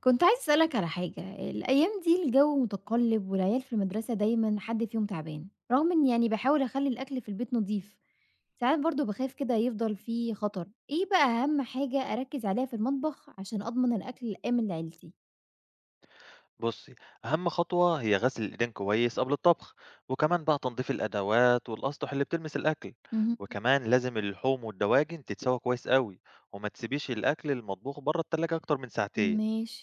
كنت عايزة أسألك على حاجة، الأيام دي الجو متقلب والعيال في المدرسة دايمًا حد فيهم تعبان، رغم إني باحاول أخلّي الأكل في البيت نضيف، ساعات برضه باخاف كده يفضل في خطر، إيه بقى أهم حاجة أركّز عليها في المطبخ عشان أضمن الأكل الآمن لعيلتي؟ بصي، أهم خطوة هي غسل الإيدين كويس قبل الطبخ. وكمان بقى تنظيف الأدوات والأسطح اللي بتلمس الأكل. اهم، وكمان لازم اللحوم والدواجن تتسوى كويس قوي، وما تسيبيش الأكل المطبوخ بره التلاجة أكتر من ساعتين. ماشي.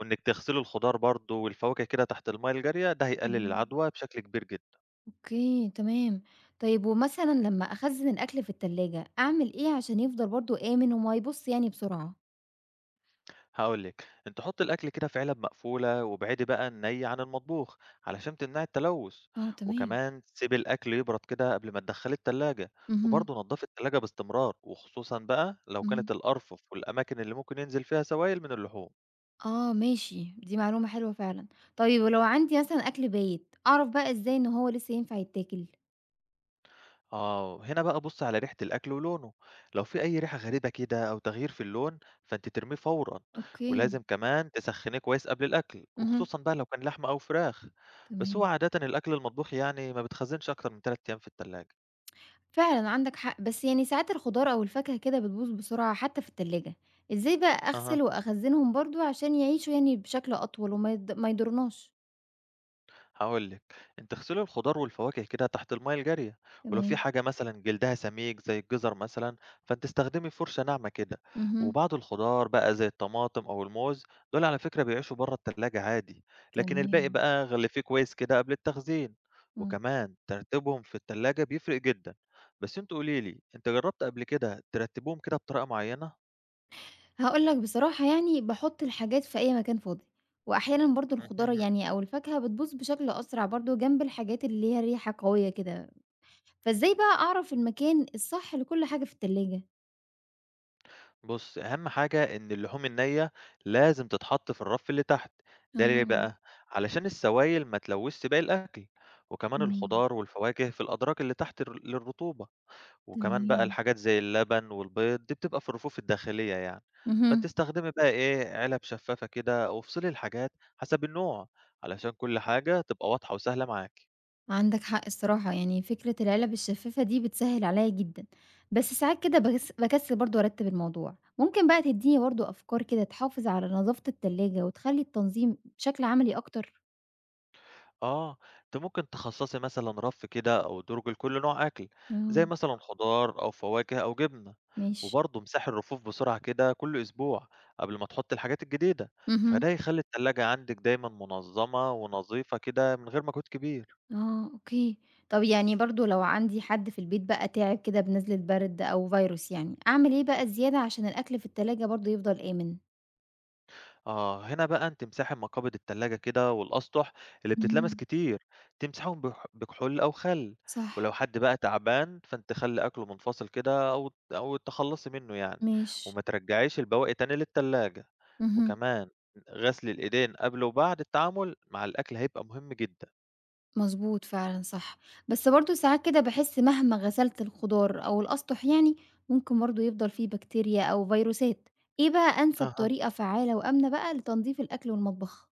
وإنك تغسلي الخضار برضه والفواكه كده تحت المية الجارية، ده هيقلل إمم، العدوى بشكل كبير جدا. أوكي تمام، طيب ومثلًا لمّا أخزّن الأكل في التلاجة، أعمل إيه عشان يفضل برضه آمن وما يبوظش بسرعة؟ هاقول لِك، أنتِ حُطّي الأكل كده في علب مقفولة، وابعدي بقى النَي عن المطبوخ علشان تمنعي التلوث. آه تمام، وكمان سيبي الأكل يبرد كده قبل ما تدخّليه التلاجة، اهم، وبرضه نضّفي التلاجة باستمرار، وخصوصًا بقى لو كانت اهم. الأرفف والأماكن اللي ممكن ينزل فيها سوائل من اللحوم. آه ماشي، دي معلومة حلوة فعلًا. طيب ولو عندي مثلًا أكل بايت، أعرف بقى إزاي إن هو لسه ينفع يتاكل؟ آه، هنا بقى بص على ريحة الأكل ولونه، لو في أي ريحة غريبة كده أو تغيير في اللون فأنت ترميه فورا. أوكي، ولازم كمان تسخنيه كويس قبل الأكل، اهم. وخصوصا بقى لو كان لحمة أو فراخ. بس هو تمام. عادة الأكل المطبوخ يعني ما بتخزنش أكتر من 3 أيام في التلاجة. فعلًا عندك حق، بس ساعات الخضار أو الفاكهة كده بتبوظ بسرعة حتى في التلاجة، إزاي بقى أها، أغسل وأخزنهم برضه عشان يعيشوا بشكل أطول وما يض ما يضرناش؟ هقول لك، انت اغسلي الخضار والفواكه كده تحت الميه الجاريه. ولو في تمام. حاجه مثلا جلدها سميك زي الجزر مثلا، فانت استخدمي فرشه ناعمه كده. اهم. وبعض الخضار بقى زي الطماطم او الموز، دول على فكره بيعيشوا بره التلاجة عادي. لكن الباقي تمام، بقى غلفيه كويس كده قبل التخزين. آه. وكمان ترتيبهم في التلاجة بيفرق جدا. بس انت قوليلي، انت جربت قبل كده ترتبهم كده بطريقه معينه؟ هاقول لك بصراحة باحط الحاجات في أي مكان فاضي، وأحيانًا برضه الخضار أو الفاكهة بتبوظ بشكل أسرع برضه جنب الحاجات اللي ليها ريحة قوية كده. فإزاي بقى أعرف المكان الصح لكل حاجة في التلاجة؟ بُص، أهم حاجة إن اللحوم النية لازم تتحط في الرف اللي تحت. ده ليه آه، بقى؟ علشان السوائل ما تلوثش باقي الأكل. وكمان إمم، الخضار والفواكه في الأدراج اللي تحت للرطوبة. وكمان بقى تمام، الحاجات زي اللبن والبيض دي بتبقى في الرفوف الداخلية يعني. فأنتِ اهم. استخدمي بقى إيه، علب شفافة كده وافصلي الحاجات حسب النوع، علشان كل حاجة تبقى واضحة وسهلة معاكِ. عندك حق الصراحة، يعني فكرة العلب الشفافة دي بتسهّل عليَّ جدًا، بس ساعات كده باكسل برضه أرتّب الموضوع، ممكن بقى تدّيني برضه أفكار كده تحافظ على نضافة التلاجة وتخلّي التنظيم بشكل عملي أكتر؟ آه، أنتِ ممكن تخصّصي مثلًا رف كده أو درج لكل نوع أكل، آه. زي مثلًا خضار أو فواكه أو جبنة. ماشي، وبرضه امسحي الرفوف بسرعة كده كل أسبوع قبل ما تحطّي الحاجات الجديدة، اهم، فده هيخلّي التلاجة عندِك دايمًا منظّمة ونضيفة كده من غير مجهود كبير. آه، أوكي، طب برضه لو عندي حد في البيت بقى تعب كده بنزلة برد أو فيروس يعني، أعمل إيه بقى زيادة عشان الأكل في التلاجة برضه يفضل آمن؟ آه، هنا بقى أنتِ امسحي مقابض التلاجة كده والأسطح اللي بتتلمس اهم، كتير، تمسحيهم بكحول أو خل. صح، ولو حد بقى تعبان فأنتِ خلّي أكله منفصل كده أو تخلّصي منه يعني، ماشي، وما ترجعيش البواقي تاني للتلاجة. اهم، وكمان غسل الإيدين قبل وبعد التعامل مع الأكل هيبقى مهم جدًا. مضبوط فعلًا صح، بس برضه ساعات كده باحس مهما غسلت الخضار أو الأسطح يعني، ممكن برضه يفضل فيه بكتيريا أو فيروسات، إيه بقى أنسب أها. طريقة فعّالة وآمنة بقى لتنضيف الأكل والمطبخ؟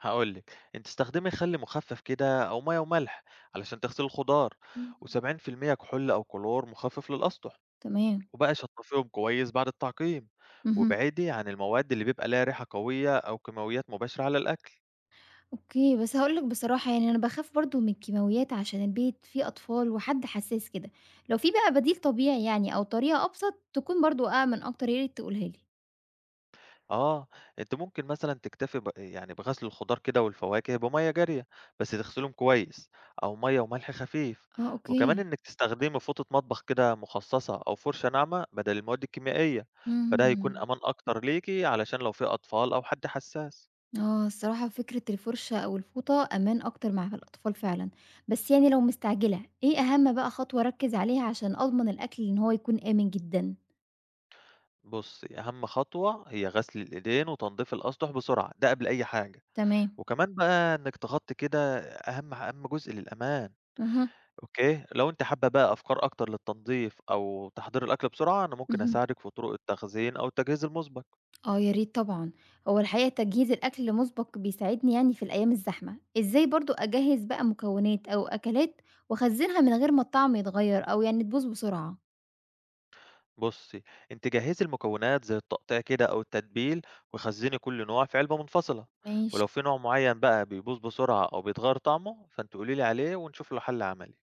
هاقول لِك، أنتِ استخدمي خل مخفف كده أو مَيّة وملح علشان تغسلي الخضار، إمم. و70% كحول أو كلور مخفف للأسطح. تمام، وبقى يصنّفيهم كويس بعد التعقيم، اهم، وابعدي عن المواد اللي بيبقى ليها ريحة قوية أو كيماويات مباشرة على الأكل. أوكي، بس هاقول لِك بصراحة أنا باخاف برضه من الكيماويات عشان البيت فيه أطفال وحد حساس كده، لو في بقى بديل طبيعي أو طريقة أبسط تكون برضه آمن أكتر يا ريت تقولها لي. آه، أنتِ ممكن مثلًا تكتفي ب يعني بغسل الخضار كده والفواكه بمَيّة جارية، بس تغسليهم كويس، أو مَيّة وملح خفيف. آه، وكمان أوكي، إنِّك تستخدمي فوطة مطبخ كده مخصصة أو فرشة ناعمة بدل المواد الكيميائية، فده هيكون إمم. أمان أكتر ليكِ علشان لو في أطفال أو حد حساس. آه، الصراحة فكرة الفرشة أو الفوطة أمان أكتر مع الأطفال فعلًا، بس لو مستعجلة، إيه أهم بقى خطوة أركّز عليها عشان أضمن الأكل إن هو يكون آمن جدًا؟ بُصّي، أهم خطوة هي غسل الإيدين وتنضيف الأسطح بسرعة، ده قبل أي حاجة. تمام. وكمان بقى إنِّك تغطّي كده أهم جزء للأمان. اهم، أوكي، لو أنتِ حابة بقى أفكار أكتر للتنضيف أو تحضير الأكل بسرعة، أنا ممكن اهم، أساعدِك في طرق التخزين أو التجهيز المُسبق. آه يا ريت طبعًا، هو الحقيقة تجهيز الأكل مسبق بيساعدني في الأيام الزحمة، إزاي برضه أجهّز بقى مكونات أو أكلات وأخزّنها من غير ما الطعم يتغيّر أو تبوظ بسرعة؟ بُصّي، أنتِ جهّزي المكونات زي التقطيع كده أو التتبيل، وخزّني كل نوع في علبة منفصلة. ماشي. ولو في نوع معيّن بقى بيبوظ بسرعة أو بيتغيّر طعمه، فأنتِ قولي لي عليه ونشوف له حل عملي.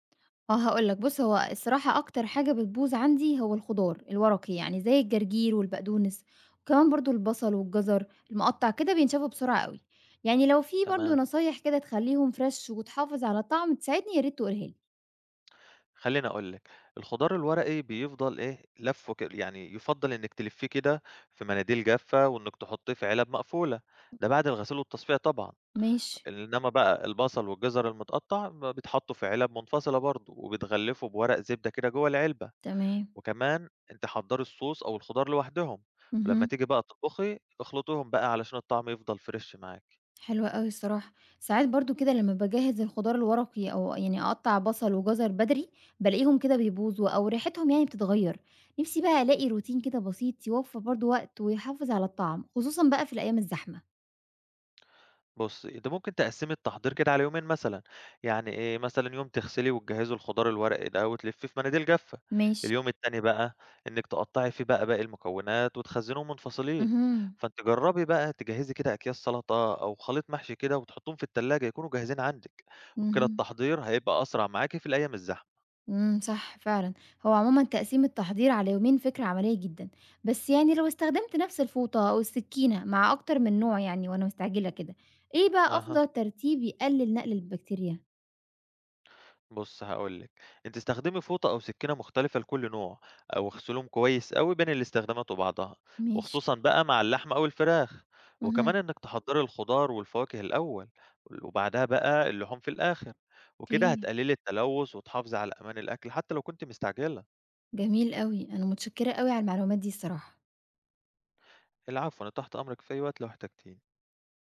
آه هاقول لك، بُص هو الصراحة أكتر حاجة بتبوظ عندي هو الخضار الورقي، يعني زي الجرجير والبقدونس، وكمان برضه البصل والجزر المقطّع كده بينشفوا بسرعة أوي، يعني لو في برضه تمام. نصايح كده تخلّيهم فريش وتحافظ على الطعم تساعدني يا ريت تقولها لي. خلّيني أقول لِك، الخضار الورقي بيفضل إيه، لَفّه ك يعني يُفضّل إنِّك تلفّيه كده في مناديل جافة، وإنِّك تحطّيه في علب مقفولة، ده بعد الغسيل والتصفية طبعًا. ماشي، إنما بقى البصل والجزر المتقطّع بيتحطّوا في علب منفصلة برضه وبتغلّفوا بورق زبدة كده جوّه العلبة. تمام، وكمان أنتِ حضّري الصوص أو الخضار لوحدهم، ولمّا اهم. تيجي بقى تطبخي اخلطيهم بقى علشان الطعم يفضل فريش معاكِ. حلو أوي الصراحة. ساعات برضه كده لمّا باجهّز الخضار الورقي أو أقطّع بصل وجزر بدري، بالاقيهم كده بيبوظوا أو ريحتهم بتتغيّر. نِفْسي بقى ألاقي روتين كده بسيط يوفّر برضه وقت ويحافظ على الطعم، خصوصًا بقى في الأيام الزحمة. بُصّي، أنتِ ممكن تقسّمي التحضير كده على يومين مثلًا، يعني إيه، مثلًا يوم تغسلي وتجهّزي الخضار الورقي ده وتلفّيه في مناديل جافة، ماشي. اليوم التاني بقى إنِّك تقطّعي فيه بقى باقي المكونات وتخزّنيهم منفصلين. اهم، فأنتِ جرّبي بقى تجهّزي كده أكياس سَلَطة أو خليط محشي كده وتحطّيهم في التلاجة يكونوا جاهزين عندِك، وبكده اهم، التحضير هيبقى أسرع معاكِ في الأيام الزحمة. إمم، صح فعلًا. هو عمومًا تقسيم التحضير على يومين فكرة عملية جدًا، بس لو استخدمت نَفْس الفوطة أو السكينة مع أكتر من نوع يعني وأنا مستعجلة كده، إيه بقى أها. أفضل ترتيب يقلل نقل البكتيريا؟ بُص هاقول لِك، أنتِ استخدمي فوطة أو سكينة مختلفة لكل نوع، أو اغسليهم كويس أوي بين الاستخدامات وبعضها، ماشي. وخصوصًا بقى مع اللحمة أو الفراخ. وكمان اهم. إنِّك تحضّري الخضار والفواكه الأول، وبعدها بقى اللحوم في الآخر، وكده أوكي، هتقللي التلوث وتحافظي على أمان الأكل حتى لو كنتِ مستعجلة. جميل أوي، أنا متشكرة أوي على المعلومات دي الصراحة. العفو، أنا تحت أمرِك في أي وقت لو احتجتيني.